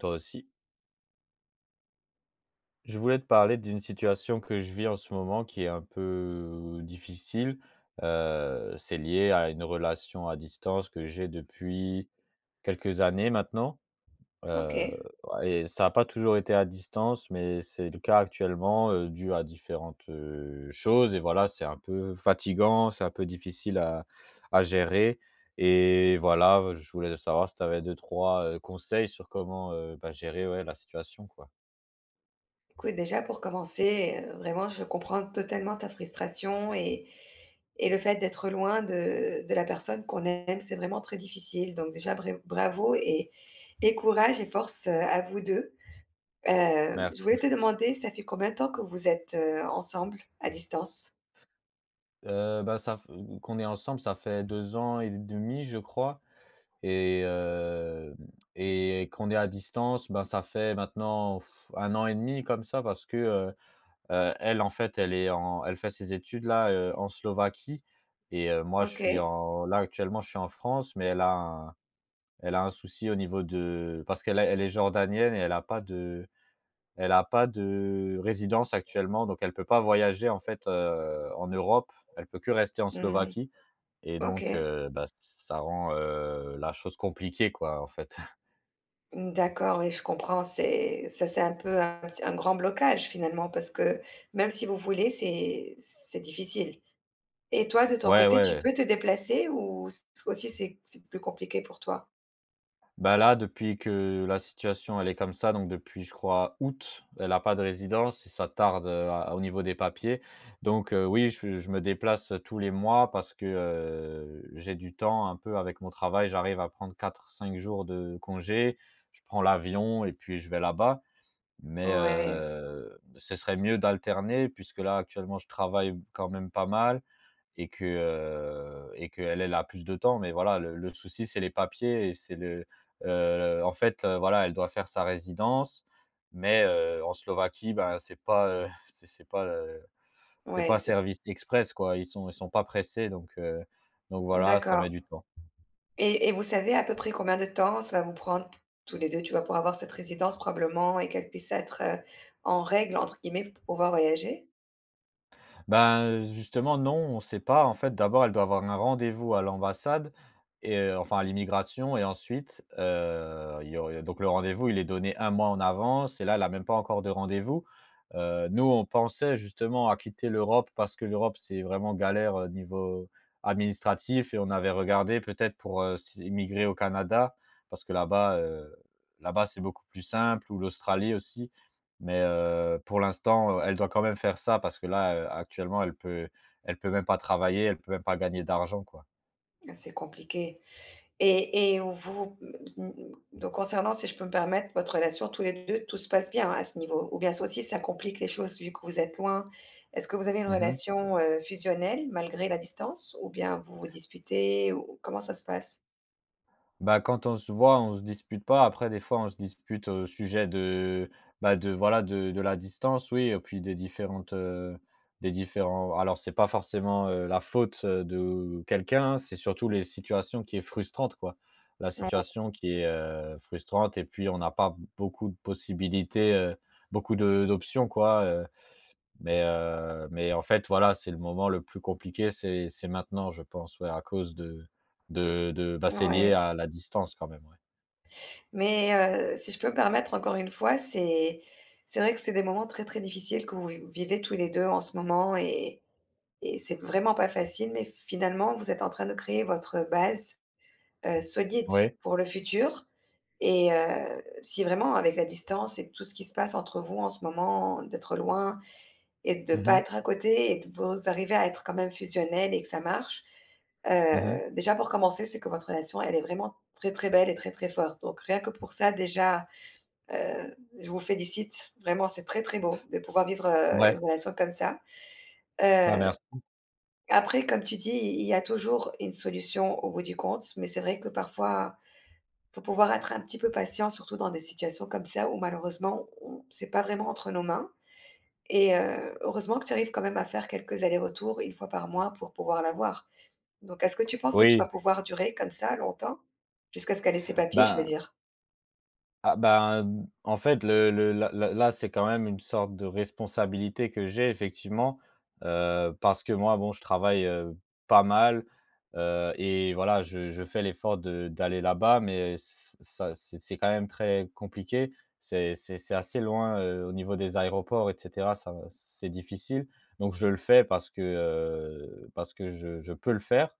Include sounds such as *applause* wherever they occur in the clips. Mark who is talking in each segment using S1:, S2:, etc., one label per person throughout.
S1: Toi aussi. Je voulais te parler d'une situation que je vis en ce moment qui est un peu difficile. C'est lié à une relation à distance que j'ai depuis quelques années maintenant,
S2: OK.
S1: heu et ça n'a pas toujours été à distance, mais c'est le cas actuellement, dû à différentes, choses et voilà, c'est un peu fatigant, c'est un peu difficile à gérer. Et voilà, je voulais savoir si tu avais deux, trois conseils sur comment, bah, gérer, ouais, la situation, quoi.
S2: Écoute, déjà pour commencer, vraiment je comprends totalement ta frustration et le fait d'être loin de la personne qu'on aime, c'est vraiment très difficile. Donc déjà bravo et courage et force, à vous 2.
S1: Mer
S2: Je voulais te demander, ça fait combien de temps que vous êtes, ensemble à distance?
S1: Bah, ça f qu'on est ensemble, ça fait 2 ans et demi, je crois, et hem et qu'on est à distance, ben, ça fait maintenant un an et demi comme ça parce que, elle, en fait, elle est en elle fait ses études là, en Slovaquie. Et moi, je
S2: OK.
S1: suis en là, actuellement, je suis en France, mais elle a un souci au niveau de parce qu'elle est jordanienne et elle a pas de résidence actuellement, donc elle peut pas voyager en fait, en Europe. Elle peut que rester en
S2: Mmh.
S1: Slovaquie, et donc
S2: OK.
S1: bah, ça rend, la chose compliquée quoi, en fait. *laughs*
S2: Mmh, d'accord, oui, je comprends, c'est ça c'est un peu un petit un grand blocage finalement parce que même si vous voulez, c'est difficile. Et toi, de ton
S1: Ouais,
S2: côté, tu
S1: ouais.
S2: peux te déplacer ou c'est plus compliqué pour toi?
S1: Bah, là, depuis que la situation, elle est comme ça, donc depuis, je crois, août, elle a pas de résidence et ça tarde, à au niveau des papiers. Donc oui, je me déplace tous les mois parce que, j'ai du temps un peu avec mon travail. J'arrive à prendre quatre cinq jours de congé. Je prends l'avion et puis je vais là-bas. Mais
S2: Ouais,
S1: ce serait mieux d'alterner puisque là, actuellement, je travaille quand même pas mal et que, et qu'elle, elle a plus de temps. Mais voilà, le souci, c'est les papiers et c'est le, voilà, elle doit faire sa résidence, mais en Slovaquie, ben, c'est pas, *laughs* c'est
S2: ouais,
S1: pas
S2: c'est
S1: service express, quoi. Ils sont pas pressés, donc voilà, ça met
S2: d'accord.
S1: du temps.
S2: Et vous savez à peu près combien de temps ça va vous prendre tous les 2 tu vois, pour avoir cette résidence probablement et qu'elle puisse être, «en règle» entre guillemets pour pouvoir voyager?
S1: Ben, justement, non, on ne sait pas. En fait, d'abord, elle doit avoir un rendez-vous à l'ambassade et enfin à l'immigration, et ensuite, il y aurait donc le rendez-vous, il est donné un mois en avance et là, elle a même pas encore de rendez-vous. Nous, on pensait justement à quitter l'Europe parce que l'Europe, c'est vraiment galère, niveau administratif, et on avait regardé peut-être pour, immigrer au Canada, parce que là-bas, c'est beaucoup plus simple, ou l'Australie aussi. Mais pour l'instant, elle doit quand même faire ça parce que là, actuellement, elle peut même pas travailler, elle peut même pas gagner d'argent, quoi.
S2: Ah, c'est compliqué. Et et vous mm, donc concernant, si je peux me permettre, votre relation tous les 2, tout se passe bien à ce niveau? Ou bien ça aussi, ça complique les choses vu que vous êtes loin? Est-ce que vous avez une
S1: Mmh.
S2: relation, fusionnelle malgré la distance? Ou bien vous vous disputez ou comment ça se passe?
S1: Bah, quand on se voit, on se dispute pas. Après, des fois, on se dispute au sujet de, bah, de voilà, de la distance, oui, et puis des différentes, des différents alors c'est pas forcément, la faute, de quelqu'un, c'est surtout les situations qui est frustrante, quoi. La situation qui est, frustrante, et puis on n'a pas beaucoup de possibilités, beaucoup de d'options, quoi, mais, en fait, voilà, c'est le moment le plus compliqué, c'est maintenant, je pense, ouais, à cause de bah, c'est lié
S2: Ouais.
S1: à la distance quand même, ouais.
S2: Mais si je peux me permettre encore une fois, c'est vrai que c'est des moments très, très difficiles que vous vi vivez tous les 2 en ce moment et c'est vraiment pas facile mais finalement, vous êtes en train de créer votre base, solide
S1: Oui.
S2: pour le futur. Et si vraiment avec la distance et tout ce qui se passe entre vous en ce moment, d'être loin et de
S1: Mmh
S2: pas
S1: mh.
S2: être à côté et de vous arriver à être quand même fusionnel et que ça marche,
S1: Mmh.
S2: déjà pour commencer, c'est que votre relation, elle est vraiment très, très belle et très, très forte. Donc rien que pour ça déjà, je vous félicite. Vraiment, c'est très, très beau de pouvoir vivre, une
S1: Ouais,
S2: relation comme ça.
S1: bah,
S2: Heu,
S1: merci.
S2: après, comme tu dis, il y a toujours une solution au bout du compte, mais c'est vrai que parfois faut pouvoir être un petit peu patient, surtout dans des situations comme ça où malheureusement, on c'est pas vraiment entre nos mains et heureusement que tu arrives quand même à faire quelques allers-retours une fois par mois pour pouvoir l'avoir. Donc est-ce que tu penses que tu vas
S1: Oui,
S2: pouvoir durer comme ça longtemps? Jusqu'à ce qu'elle ait ses papiers, je veux
S1: ben
S2: dire?
S1: ah ben, mmh, en fait, le là là là, c'est quand même une sorte de responsabilité que j'ai effectivement, parce que moi, bon, je travaille, pas mal, et voilà, je fais l'effort de d'aller là-bas, mais ç ça c'est quand même très compliqué. C'est assez loin, au niveau des aéroports et cetera, ça c'est difficile. Donc je le fais parce que je peux le faire,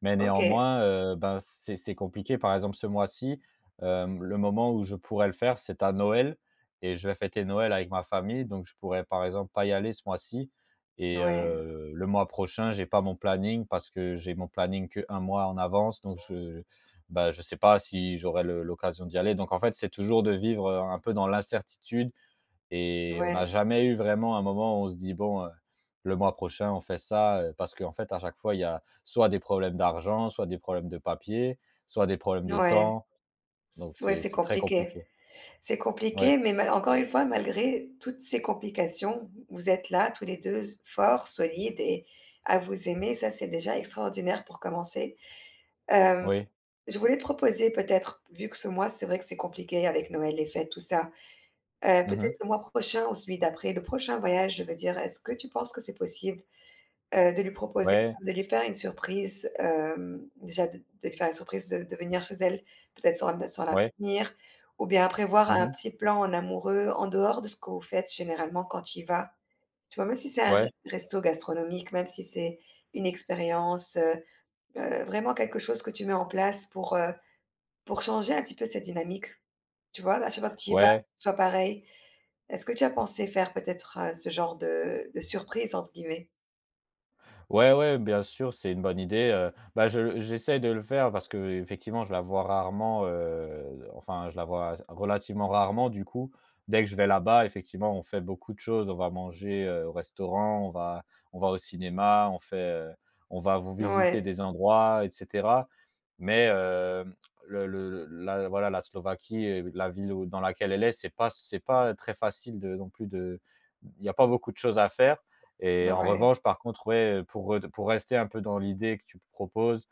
S1: mais
S2: OK.
S1: néanmoins, ben, c'est compliqué. Par exemple, ce mois-ci. Le moment où je pourrais le faire, c'est à Noël, et je vais fêter Noël avec ma famille, donc je pourrais, par exemple, pas y aller ce mois-ci et
S2: Ouais,
S1: le mois prochain, j'ai pas mon planning parce que j'ai mon planning que un mois en avance, donc je bah, je sais pas si j'aurai le l'occasion d'y aller, donc en fait, c'est toujours de vivre, un peu dans l'incertitude, et on n'a
S2: ouais,
S1: jamais eu vraiment un moment où on se dit : « Bon, le mois prochain, on fait ça », parce qu'en fait, à chaque fois, il y a soit des problèmes d'argent, soit des problèmes de papier, soit des problèmes de
S2: ouais.
S1: temps. Donc
S2: C ouais,
S1: c'est
S2: c'est
S1: c'est très
S2: compliqué.
S1: compliqué.
S2: C'est compliqué,
S1: Ouais,
S2: mais ma encore une fois, malgré toutes ces complications, vous êtes là tous les 2 forts, solides et à vous aimer, ça c'est déjà extraordinaire pour commencer. Hem
S1: oui.
S2: Je voulais te proposer peut-être, vu que ce mois, c'est vrai que c'est compliqué avec Noël, les fêtes, tout ça.
S1: Mmh.
S2: Peut-être le mois prochain ou celui d'après, le prochain voyage, je veux dire, est-ce que tu penses que c'est possible, de lui proposer,
S1: Ouais,
S2: de lui faire une surprise, déjà de lui faire une surprise de venir chez elle, peut-être sans la
S1: ouais.
S2: ou bien prévoir un
S1: Mmh.
S2: petit plan en amoureux en dehors de ce que vous faites généralement quand tu y vas? Tu vois, même si c'est un res
S1: Ouais,
S2: resto gastronomique, même si c'est une expérience, vraiment quelque chose que tu mets en place pour changer un petit peu cette dynamique, tu vois? À chaque fois que tu y vas, Mmh,
S1: ouais.
S2: ce soit pareil. Est-ce que tu as pensé faire peut-être, ce genre de «surprise» entre guillemets?
S1: Ouais, ouais, bien sûr, c'est une bonne idée, bah, je j'essaie de le faire parce que effectivement je la vois rarement, enfin, je la vois relativement rarement du coup. Dès que je vais là-bas, effectivement, on fait beaucoup de choses. On va manger, au restaurant, on va au cinéma, on fait, on va vous visiter
S2: Ouais,
S1: des endroits et cetera. Mais, hem, le la voilà, la Slovaquie, la ville où dans laquelle elle est, c'est pas très facile de non plus de il y a pas beaucoup de choses à faire. Et en
S2: ouais,
S1: revanche, par contre, ouais, pour rester un peu dans l'idée que tu proposes,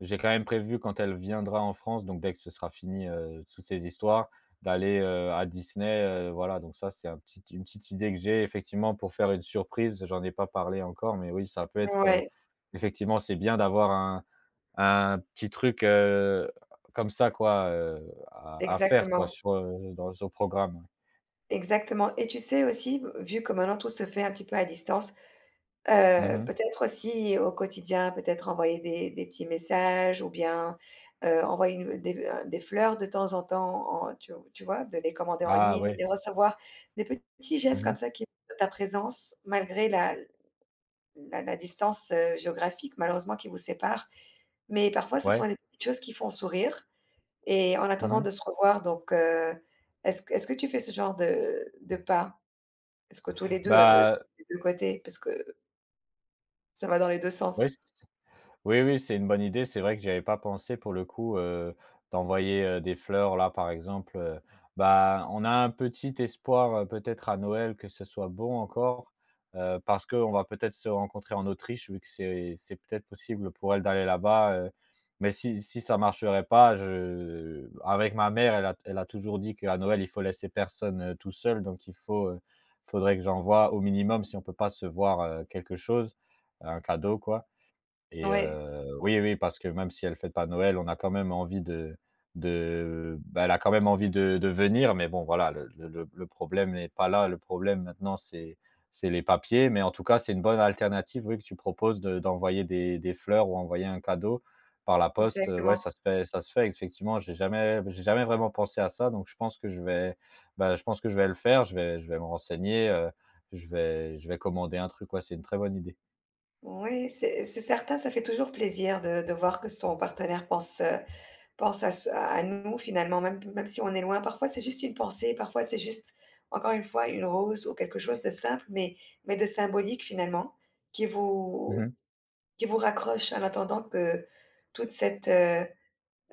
S1: j'ai quand même prévu quand elle viendra en France, donc dès que ce sera fini, toutes ces histoires, d'aller, à Disney, voilà, donc ça, c'est un petit une petite idée que j'ai effectivement pour faire une surprise. J'en ai pas parlé encore, mais oui, ça peut être,
S2: ouais,
S1: effectivement, c'est bien d'avoir un petit truc, comme ça quoi, à faire quoi
S2: exactement,
S1: sur, dans au programme. Ouais.
S2: exactement et tu sais aussi, vu que maintenant tout se fait un petit peu à distance,
S1: Mmh.
S2: peut-être aussi au quotidien, peut-être envoyer des petits messages ou bien, envoyer une des fleurs de temps en temps en tu vois? De les commander en
S1: Ah
S2: ligne,
S1: ouais.
S2: les recevoir, des petits gestes comme
S1: Mmh.
S2: ça qui montrent ta présence malgré la distance, géographique malheureusement qui vous sépare. Mais parfois, ce sont
S1: Ouais.
S2: les petites choses qui font sourire et en attendant
S1: Mmh.
S2: de se revoir donc est-ce que tu fais ce genre de pas? Est-ce que tous les 2 de
S1: Bah,
S2: des 2 côtés? Parce que ça va dans les deux
S1: oui.
S2: sens.
S1: Oui, oui, c'est une bonne idée. C'est vrai que j'avais pas pensé pour le coup, d'envoyer, des fleurs là, par exemple, bah, on a un petit espoir, peut-être à Noël que ce soit bon encore, parce qu'on va peut-être se rencontrer en Autriche vu que c'est peut-être possible pour elle d'aller là-bas, mais si ça marcherait pas, je avec ma mère, elle a toujours dit qu'à Noël, il faut laisser personne, tout seul, donc il faut, faudrait que j'envoie au minimum, si on peut pas se voir, quelque chose, un cadeau quoi. Et
S2: Ouais,
S1: oui, oui, parce que même si elle fête pas Noël, on a quand même envie de bah, elle a quand même envie de venir, mais bon, voilà, le problème n'est pas là. Le problème maintenant, c'est les papiers, mais en tout cas, c'est une bonne alternative, oui, que tu proposes de d'envoyer des fleurs ou envoyer un cadeau par la poste, ouais,
S2: exactement.
S1: ça se fait effectivement. J'ai jamais vraiment pensé à ça, donc je pense que je vais, bah, je pense que je vais le faire. Je vais me renseigner, je vais commander un truc, ouais, c'est une très bonne idée.
S2: Oui, c'est certain, ça fait toujours plaisir de voir que son partenaire pense, pense à ce à nous finalement, même même si on est loin. Parfois, c'est juste une pensée, parfois c'est juste, encore une fois, une rose ou quelque chose de simple, mais de symbolique finalement, qui vous
S1: Mmh.
S2: qui vous raccroche en attendant que toute cette, heu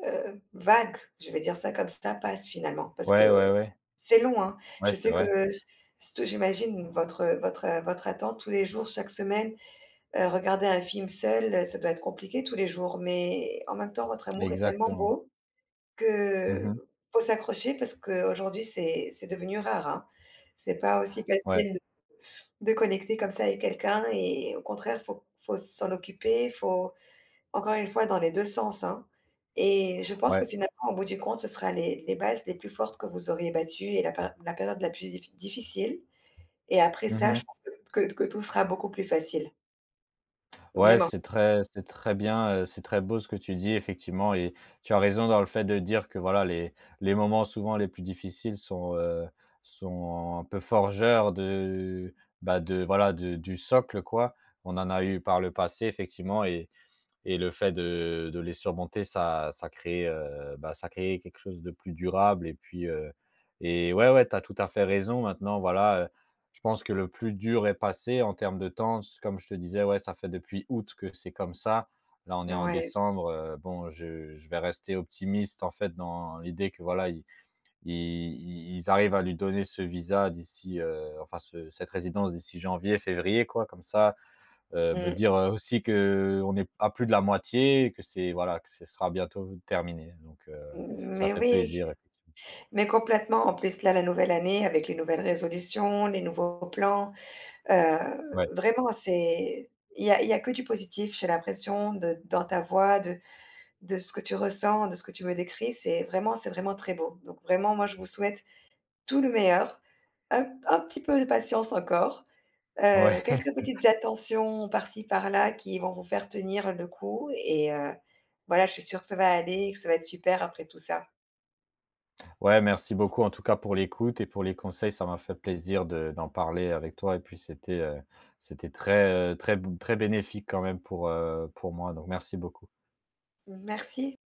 S2: heu, vague, je vais dire ça comme ça, passe finalement. Parce
S1: Ouais,
S2: que
S1: ouais, ouais.
S2: c'est long, hein.
S1: Ouais,
S2: Je
S1: c'est
S2: sais que
S1: vrai.
S2: s sto j'imagine votre votre, votre attente tous les jours, chaque semaine, regarder un film seul, ça doit être compliqué tous les jours, mais en même temps, votre amour est tellement
S1: Exactement.
S2: beau
S1: Mmh.
S2: que faut s'accrocher parce qu'aujourd'hui, c'est devenu rare, hein. C'est pas aussi
S1: Ouais,
S2: facile de connecter comme ça avec quelqu'un et au contraire, faut faut s'en occuper, faut encore une fois dans les 2 sens, hein et je pense que
S1: ouais.
S2: finalement, au bout du compte, ce sera les bases les plus fortes que vous auriez battues et la pér la période la plus difficile et après ça, je
S1: Mmh.
S2: pense que que tout sera beaucoup plus facile,
S1: Ouais,
S2: vraiment.
S1: c'est très bien, c'est très beau ce que tu dis effectivement, et tu as raison dans le fait de dire que voilà les moments souvent les plus difficiles sont, sont un peu forgeurs de, bah, de du socle quoi. On en a eu par le passé effectivement, et le fait de les surmonter, ça crée, bah, ça crée quelque chose de plus durable, et puis, et ouais, ouais, tu as tout à fait raison. Maintenant, voilà, je pense que le plus dur est passé en termes de temps. C comme je te disais, ouais, ça fait depuis août que c'est comme ça. Là, on est en
S2: Ouais.
S1: décembre, bon, je vais rester optimiste, en fait, dans l'idée que, voilà, i i ils arrivent à lui donner ce visa d'ici, enfin, ce cette résidence d'ici janvier, février, quoi, comme ça. Me
S2: Mmh.
S1: dire, aussi que on est à plus de la moitié et que c'est voilà, que ce sera bientôt terminé donc ça
S2: Mais
S1: fait
S2: oui.
S1: plaisir effectivement.
S2: Mais complètement, en plus, là, la nouvelle année avec les nouvelles résolutions, les nouveaux plans,
S1: Ouais,
S2: vraiment c'est il y a que du positif, j'ai l'impression de dans ta voix, de ce que tu ressens, de ce que tu me décris, c'est vraiment très beau. Donc vraiment, moi, je vous souhaite tout le meilleur, un petit peu de patience encore,
S1: ouais, *laughs*
S2: quelques petites attentions par-ci par-là qui vont vous faire tenir le coup et voilà, je suis sûre que ça va aller et que ça va être super après tout ça.
S1: ouais, merci beaucoup en tout cas pour l'écoute et pour les conseils. Ça m'a fait plaisir de d'en parler avec toi, et puis c'était, c'était très, très très bénéfique quand même pour moi, donc merci beaucoup.
S2: Merci.